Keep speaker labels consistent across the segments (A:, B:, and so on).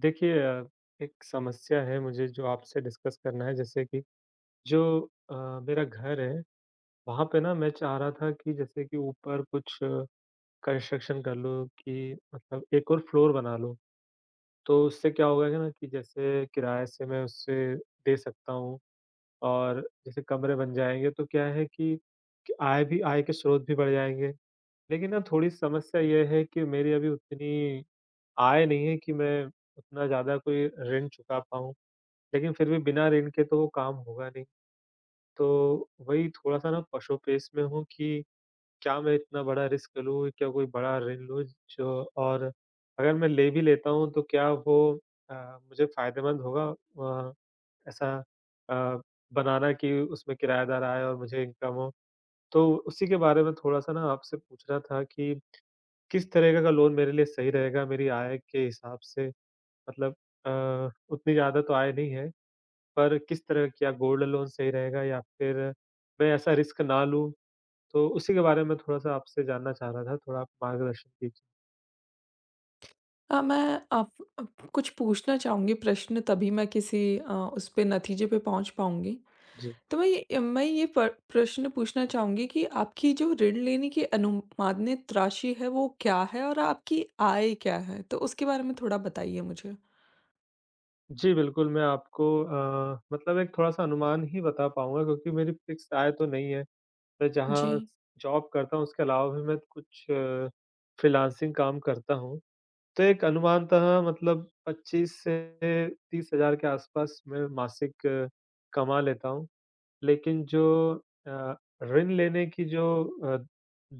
A: देखिए एक समस्या है मुझे जो आपसे डिस्कस करना है, जैसे कि जो अ, मेरा घर है। वहाँ पे ना मैं चाह रहा था कि जैसे कि ऊपर कुछ कंस्ट्रक्शन कर लूँ, कि मतलब एक और फ्लोर बना लूँ। तो उससे क्या होगा कि ना कि जैसे किराए से मैं उससे दे सकता हूँ, और जैसे कमरे बन जाएँगे तो क्या है कि आय भी, आय के स्रोत भी बढ़ जाएँगे। लेकिन ना थोड़ी समस्या ये है कि मेरी अभी उतनी आय नहीं है कि मैं उतना ज़्यादा कोई ऋण चुका पाऊँ। लेकिन फिर भी बिना ऋण के तो वो काम होगा नहीं। तो वही थोड़ा-सा ना पशु-पेश में हूँ कि क्या मैं इतना बड़ा रिस्क लूँ? क्या कोई बड़ा ऋण लूँ जो, और अगर मैं ले भी लेता हूँ तो क्या वो अ, मुझे फ़ायदेमंद होगा? अ, ऐसा अ, बनाना कि उसमें किराएदार आए और मुझे इनकम हो? तो उसी के बारे में थोड़ा-सा ना आपसे पूछना था कि किस तरीके का लोन मेरे लिए सही रहेगा मेरी आय के हिसाब से? मतलब उतनी ज़्यादा तो आय नहीं है। पर किस तरह, क्या गोल्ड लोन सही रहेगा या फिर मैं ऐसा रिस्क ना लूँ? तो उसी के बारे में थोड़ा-सा आपसे जानना चाह रहा था, थोड़ा आप मार्गदर्शन कीजिए।
B: मैं आप अ, कुछ पूछना चाहूँगी प्रश्न तभी मैं किसी उस पे नतीजे पे पहुँच पाऊँगी।
A: जी।
B: तो मैं ये प प्रश्न पूछना चाहूँगी कि आपकी जो ऋण लेने की अनुमानित राशि है वो क्या है? और आपकी आय क्या है? तो उसके बारे में थोड़ा बताइए मुझे।
A: जी, बिल्कुल। मैं आपको मतलब एक थोड़ा-सा अनुमान ही बता पाऊँगा, क्योंकि मेरी फिक्स आय तो नहीं है। मैं
B: जी।
A: जहाँ जॉब करता हूँ उसके अलावा भी मैं कुछ फ्रीलांसिंग काम करता हूँ। तो एक अनुमानतः मतलब 25 से 30 हज़ार के आसपास मैं मासिक कमा लेता हूँ। लेकिन जो अ, ऋण लेने की जो अ,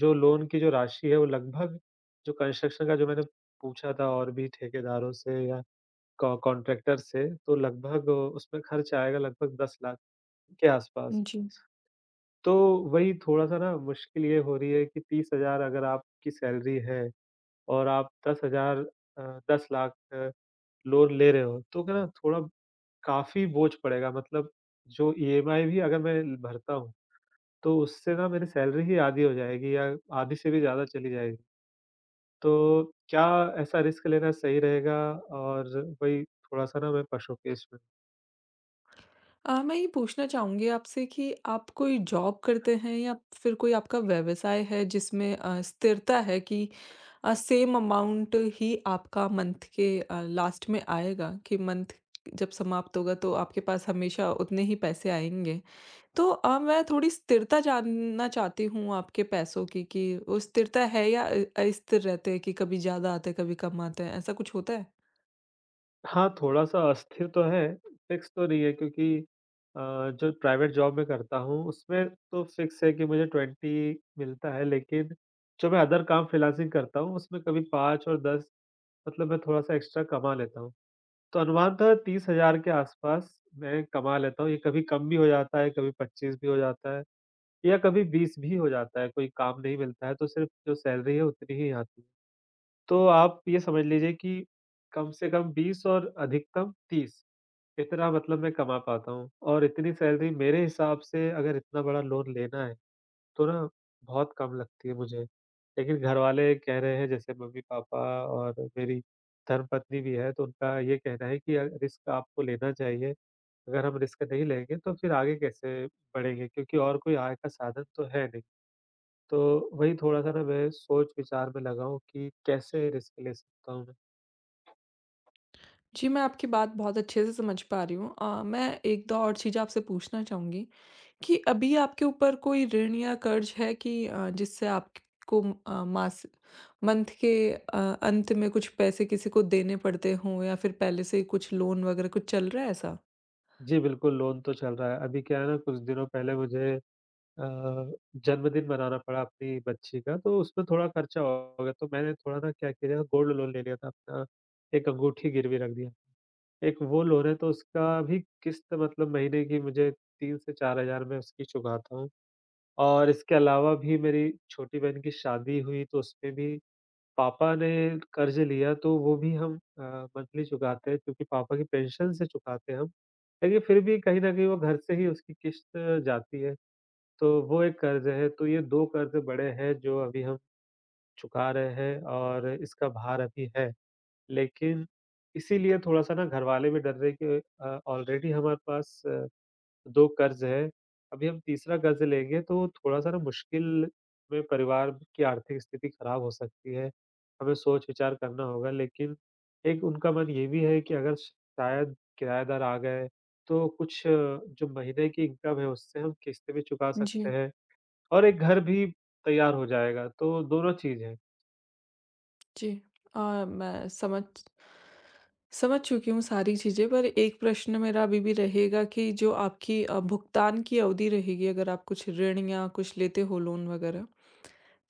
A: जो लोन की जो राशि है वो लगभग, जो कंस्ट्रक्शन का जो मैंने पूछा था और भी ठेकेदारों से या कॉ कॉन्ट्रैक्टर से, तो लगभग उसमें खर्च आएगा लगभग 10 लाख के आसपास।
B: जी।
A: तो वही थोड़ा-सा ना मुश्किल ये हो रही है कि 30,000 अगर आपकी सैलरी है और आप 10,000 अ, 10 लाख लोन ले रहे हो तो क्या ना थोड़ा काफ़ी बोझ पड़ेगा? मतलब जो ईएमआई भी अगर मैं भरता हूँ तो उससे ना मेरी सैलरी ही आधी हो जाएगी या आधी से भी ज़्यादा चली जाएगी। तो क्या ऐसा रिस्क लेना सही रहेगा? और वही थोड़ा-सा ना मैं पशोपेश में।
B: मैं ये पूछना चाहूँगी आपसे कि आप कोई जॉब करते हैं या फिर कोई आपका व्यवसाय है जिसमें स्थिरता है कि सेम अमाउंट ही आपका मंथ के लास्ट में आएगा कि मंथ जब समाप्त होगा तो आपके पास हमेशा उतने ही पैसे आएँगे? तो मैं थोड़ी स्थिरता जानना चाहती हूँ आपके पैसों की कि वो स्थिरता है या अस्थिर रहते हैं कि कभी ज़्यादा आते हैं कभी कम आते हैं ऐसा कुछ होता है?
A: हाँ, थोड़ा-सा अस्थिर तो है, फिक्स तो नहीं है, क्योंकि अ, जो प्राइवेट जॉब मैं करता हूँ, उसमें तो फिक्स है कि मुझे 20 मिलता है, लेकिन जो मैं अदर काम फ्रीलांसिंग करता हूँ, उसमें कभी 5 और 10, मतलब मैं थोड़ा-सा एक्स्ट्रा कमा लेता हूँ। तो अनुमान था 30,000 के आस-पास मैं कमा लेता हूँ। ये कभी कम भी हो जाता है, कभी 25 भी हो जाता है या कभी 20 भी हो जाता है, कोई काम नहीं मिलता है तो सिर्फ़ जो सैलरी है उतनी ही आती है। तो आप ये समझ लीजिए कि कम से कम 20 और अधिकतम 30, इतना मतलब मैं कमा पाता हूँ। और इतनी सैलरी मेरे हिसाब से, अगर इतना बड़ा लोन लेना है, तो ना बहुत कम लगती है मुझे। लेकिन घरवाले कह रहे हैं, जैसे मम्मी-पापा और मेरी धर्मपत्नी भी है, तो उनका ये कहना है कि रिस्क आपको लेना चाहिए। अगर हम रिस्क नहीं लेंगे तो फिर आगे कैसे बढ़ेंगे, क्योंकि और कोई आय का साधन तो है नहीं। तो वही थोड़ा-सा ना मैं सोच-विचार में लगा हूँ कि कैसे रिस्क ले सकता हूँ मैं?
B: जी, मैं आपकी बात बहुत अच्छे से समझ पा रही हूँ। मैं 1 दो और चीज़ें आपसे पूछना चाहूँगी। कि अभी आपके ऊपर कोई ऋण या कर्ज है कि जिससे आपको अ, मास मंथ के अंत में कुछ पैसे किसी को देने पड़ते हों या फिर पहले से ही कुछ लोन वगैरह कुछ चल रहा है ऐसा?
A: जी बिल्कुल, लोन तो चल रहा है। अभी क्या है ना कुछ दिनों पहले मुझे अ, जन्मदिन मनाना पड़ा अपनी बच्ची का, तो उसमें थोड़ा खर्चा हो गया, तो मैंने थोड़ा ना क्या किया, गोल्ड लोन ले लिया था अपना, एक अंगूठी गिरवी रख दिया। एक वो लोन है तो उसका भी किस्त मतलब महीने की मुझे 3 से 4,000 मैं उसकी चुकाता हूँ। और इसके अलावा भी मेरी छोटी बहन की शादी हुई तो उसमें भी पापा ने कर्ज़ लिया, तो वो भी हम मंथली चुकाते हैं, क्योंकि पापा की पेंशन से चुकाते हैं हम। लेकिन फिर भी कहीं न कहीं वो घर से ही उसकी किस्त जाती है। तो वो एक कर्ज़ है, तो ये 2 कर्ज़ बड़े हैं जो अभी हम चुका रहे हैं और इसका भार अभी है। लेकिन इसीलिए थोड़ा-सा ना घरवाले भी डर रहे हैं कि ऑलरेडी हमारे पास 2 कर्ज़ हैं, अभी हम तीसरा कर्ज़ लेंगे तो थोड़ा-सा ना मुश्किल में परिवार की आर्थिक स्थिति खराब हो सकती है। हमें सोच-विचार करना होगा, लेकिन एक उनका मन ये भी है कि अगर शायद किराएदार आ गए, तो कुछ जो महीने की इनकम है उससे हम किस्तें भी चुका सकते
B: जी,
A: हैं। और एक घर भी तैयार हो जाएगा, तो दोनों चीज़ है।
B: जी। अ, मैं समझ समझ चुकी हूँ सारी चीज़ें पर एक प्रश्न मेरा अभी भी रहेगा कि जो आपकी भुगतान की अवधि रहेगी अगर आप कुछ ऋण या कुछ लेते हो लोन वगैरह।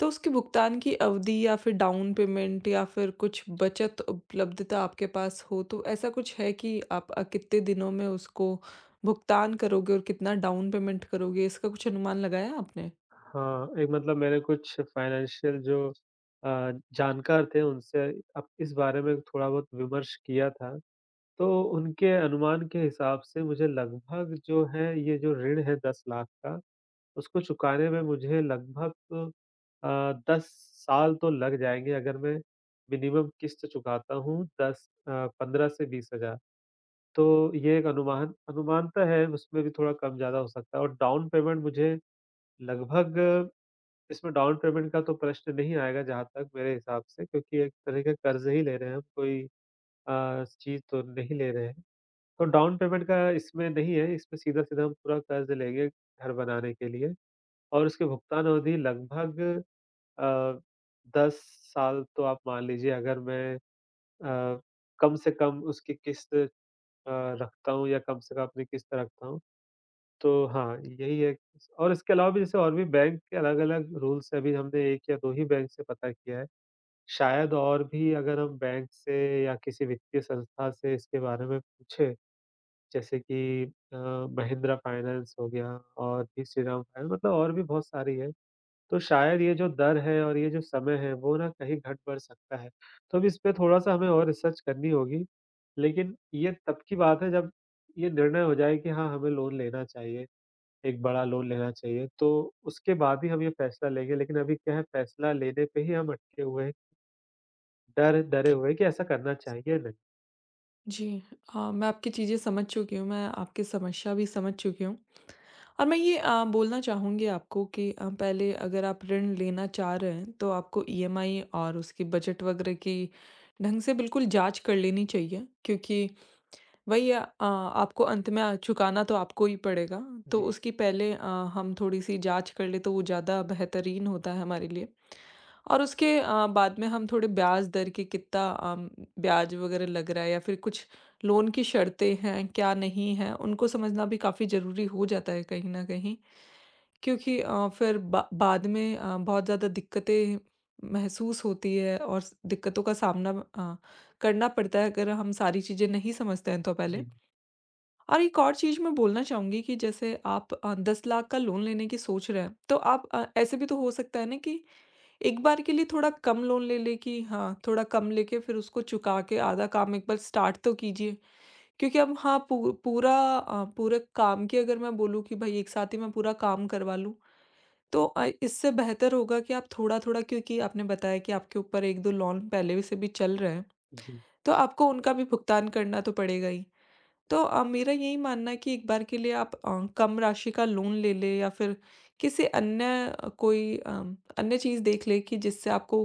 B: तो उसकी भुगतान की अवधि या फिर डाउन पेमेंट या फिर कुछ बचत उपलब्धता आपके पास हो तो ऐसा कुछ है कि आप कितने दिनों में उसको भुगतान करोगे और कितना डाउन पेमेंट करोगे इसका कुछ अनुमान लगाया आपने?
A: हाँ, एक मतलब मेरे कुछ फाइनेंशियल जो अ, जानकार थे उनसे अब इस बारे में थोड़ा बहुत विमर्श किया था, तो उनके अनुमान के हिसाब से मुझे लगभग जो है, ये जो ऋण है 10 लाख का, उसको चुकाने में मुझे लगभग अ, 10 साल तो लग जाएँगे, अगर मैं मिनिमम किश्त चुकाता हूँ 10 15 से 20,000। तो ये एक अनुमान अनुमान तो है, उसमें भी थोड़ा कम-ज़्यादा हो सकता है। और डाउन पेमेंट मुझे लगभग, इसमें डाउन पेमेंट का तो प्रश्न नहीं आएगा जहाँ तक मेरे हिसाब से, क्योंकि एक तरह का कर्ज़ ही ले रहे हैं हम, कोई चीज़ तो नहीं ले रहे हैं। तो डाउन पेमेंट का इसमें नहीं है, इसमें सीधा-सीधा हम पूरा कर्ज़ लेंगे घर बनाने के लिए, और उसकी भुगतान अवधि लगभग अ, 10 साल तो आप मान लीजिए, अगर मैं अ, कम से कम उसकी किस्त अ, रखता हूँ या कम से कम अपनी किस्त रखता हूँ। तो हाँ, यही है। और इसके अलावा भी, जैसे और भी बैंक के अलग-अलग रूल्स हैं, अभी हमने 1 या 2 ही बैंक से पता किया है। शायद और भी अगर हम बैंक से या किसी वित्तीय संस्था से इसके बारे में पूछें, जैसे कि अ, महिंद्रा फाइनेंस हो गया, और भी श्रीराम फाइनेंस, मतलब और भी बहुत सारी है। तो शायद ये जो दर है और ये जो समय है, वो ना कहीं घट बढ़ सकता है। तो अब इस पे थोड़ा-सा हमें और रिसर्च करनी होगी, लेकिन ये तब की बात है जब ये निर्णय हो जाए कि हाँ, हमें लोन लेना चाहिए। एक बड़ा लोन लेना चाहिए, तो उसके बाद ही हम ये फैसला लेंगे, लेकिन अभी क्या है, फैसला लेने पे ही हम अटके हुए हैं, डर डरे हुए हैं कि ऐसा करना चाहिए या नहीं।
B: जी मैं आपकी चीज़ें समझ चुकी हूँ, मैं आपकी समस्या भी समझ चुकी हूँ और मैं ये बोलना चाहूँगी आपको कि पहले अगर आप ऋण लेना चाह रहे हैं तो आपको ईएमआई और उसकी बजट वगैरह की ढंग से बिल्कुल जाँच कर लेनी चाहिए क्योंकि वही आपको अंत में चुकाना तो आपको ही पड़ेगा, तो
A: जी,
B: उसकी पहले हम थोड़ी-सी जाँच कर लें तो वो ज़्यादा बेहतरीन होता है हमारे लिए। और उसके बाद में हम थोड़े ब्याज दर के कितना ब्याज वग़ैरह लग रहा है या फिर कुछ लोन की शर्तें हैं, क्या नहीं है, उनको समझना भी काफ़ी ज़रूरी हो जाता है कहीं न कहीं। क्योंकि फिर बा बाद में बहुत ज़्यादा दिक्कतें महसूस होती है और स दिक्कतों का सामना करना पड़ता है अगर हम सारी चीज़ें नहीं समझते हैं तो पहले।
A: जी,
B: और एक और चीज़ मैं बोलना चाहूँगी कि जैसे आप 10 लाख का लोन लेने की सोच रहे हैं, तो आप ऐसे भी तो हो सकता है ना कि एक बार के लिए थोड़ा कम लोन ले लें कि हाँ, थोड़ा कम लेके फिर उसको चुका के आधा काम एक बार स्टार्ट तो कीजिए। क्योंकि अब हाँ, पू पूरा पूरे काम की अगर मैं बोलूँ कि भई एक साथ ही मैं पूरा काम करवा लूँ, तो इससे बेहतर होगा कि आप थोड़ा-थोड़ा क्योंकि आपने बताया कि आपके ऊपर 1-2 लोन पहले से भी चल रहे हैं,
A: जी,
B: तो आपको उनका भी भुगतान करना तो पड़ेगा ही। तो मेरा यही मानना है कि एक बार के लिए आप कम राशि का लोन ले लें या फिर किसी अन्य कोई अन्य चीज़ देख लें कि जिससे आपको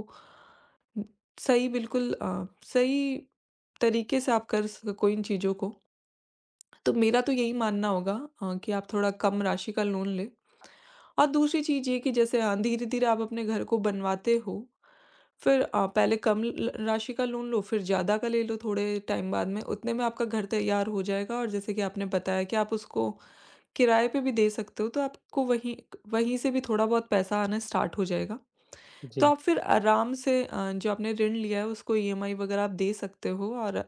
B: सही बिल्कुल सही तरीके से आप कर सको इन चीज़ों को। तो मेरा तो यही मानना होगा कि आप थोड़ा कम राशि का लोन लें। और दूसरी चीज़ ये कि जैसे धीरे-धीरे आप अपने घर को बनवाते हो, फिर पहले कम ल ल राशि का लोन लो, फिर ज़्यादा का ले लो थोड़े टाइम बाद में, उतने में आपका घर तैयार हो जाएगा और जैसे कि आपने बताया कि आप उसको किराए पे भी दे सकते हो, तो आपको वहीं वहीं से भी थोड़ा बहुत पैसा आना स्टार्ट हो जाएगा। तो
A: जी,
B: आप फिर आराम से जो आपने ऋण लिया है उसको ईएमआई वगैरह आप दे सकते हो और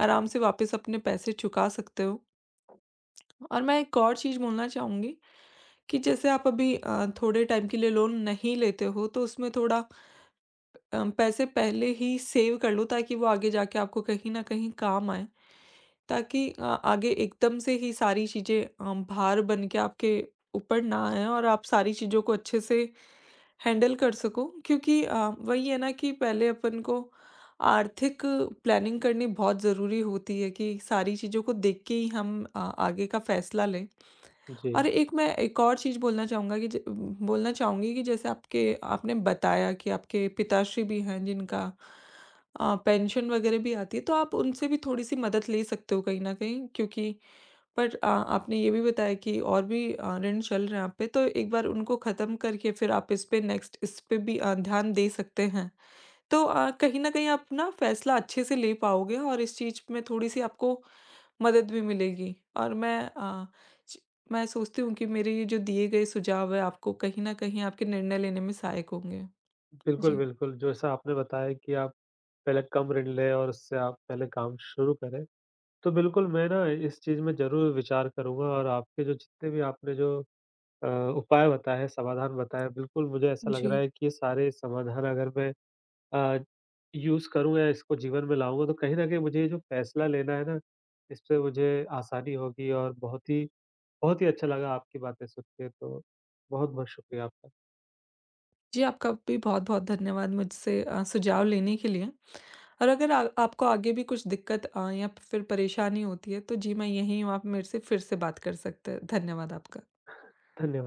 B: आराम से वापस अपने पैसे चुका सकते हो। और मैं एक और चीज़ बोलना चाहूँगी कि जैसे आप अभी थोड़े टाइम के लिए लोन नहीं लेते हो तो उसमें थोड़ा पैसे पहले ही सेव कर लो ताकि वो आगे जाके आपको कहीं न कहीं काम आएँ। ताकि आगे एकदम से ही सारी चीज़ें भार बन के आपके ऊपर ना आएँ और आप सारी चीज़ों को अच्छे से हैंडल कर सको। क्योंकि वही है ना कि पहले अपन को आर्थिक प्लानिंग करनी बहुत ज़रूरी होती है कि सारी चीज़ों को देख के ही हम आगे का फैसला लें। और
A: जी।
B: एक और चीज़ बोलना चाहूँगी कि जैसे आपके आपने बताया कि आपके पिताश्री भी हैं जिनका पेंशन वग़ैरह भी आती है, तो आप उनसे भी थोड़ी-सी मदद ले सकते हो कहीं न कहीं क्योंकि पर आपने ये भी बताया कि और भी ऋण चल रहे हैं आप पे, तो एक बार उनको ख़त्म करके फिर आप इस पे नेक्स्ट इस पे भी ध्यान दे सकते हैं। तो कहीं न कहीं आप ना फ़ैसला अच्छे से ले पाओगे और इस चीज़ में थोड़ी-सी आपको मदद भी मिलेगी और मैं अ, च मैं सोचती हूँ कि मेरे ये जो दिए गए सुझाव हैं आपको कहीं न कहीं आपके निर्णय लेने में सहायक होंगे।
A: बिल्कुल,
B: जी।
A: बिल्कुल, जैसा आपने बताया कि आप पहले कम ऋण लें और उससे आप पहले काम शुरू करें, तो बिल्कुल मैं ना इस चीज़ में ज़रूर विचार करूँगा। और आपके जो, जितने भी आपने जो अ, उपाय बताए हैं, समाधान बताए हैं, बिल्कुल मुझे ऐसा लग रहा
B: जी।
A: है कि ये सारे समाधान अगर मैं अ, यूज़ करूँ या इसको जीवन में लाऊँगा, तो कहीं न कहीं मुझे ये जो फ़ैसला लेना है ना, इससे मुझे आसानी होगी। और बहुत ही अच्छा लगा आपकी बातें सुन के, तो बहुत-बहुत शुक्रिया आपका।
B: जी, आपका भी बहुत-बहुत धन्यवाद मुझसे सुझाव लेने के लिए और अगर आ आपको आगे भी कुछ दिक्कत या फिर परेशानी होती है तो जी, मैं यहीं हूँ, आप मेरे से फिर से बात कर सकते हैं। धन्यवाद आपका।
A: धन्यवाद।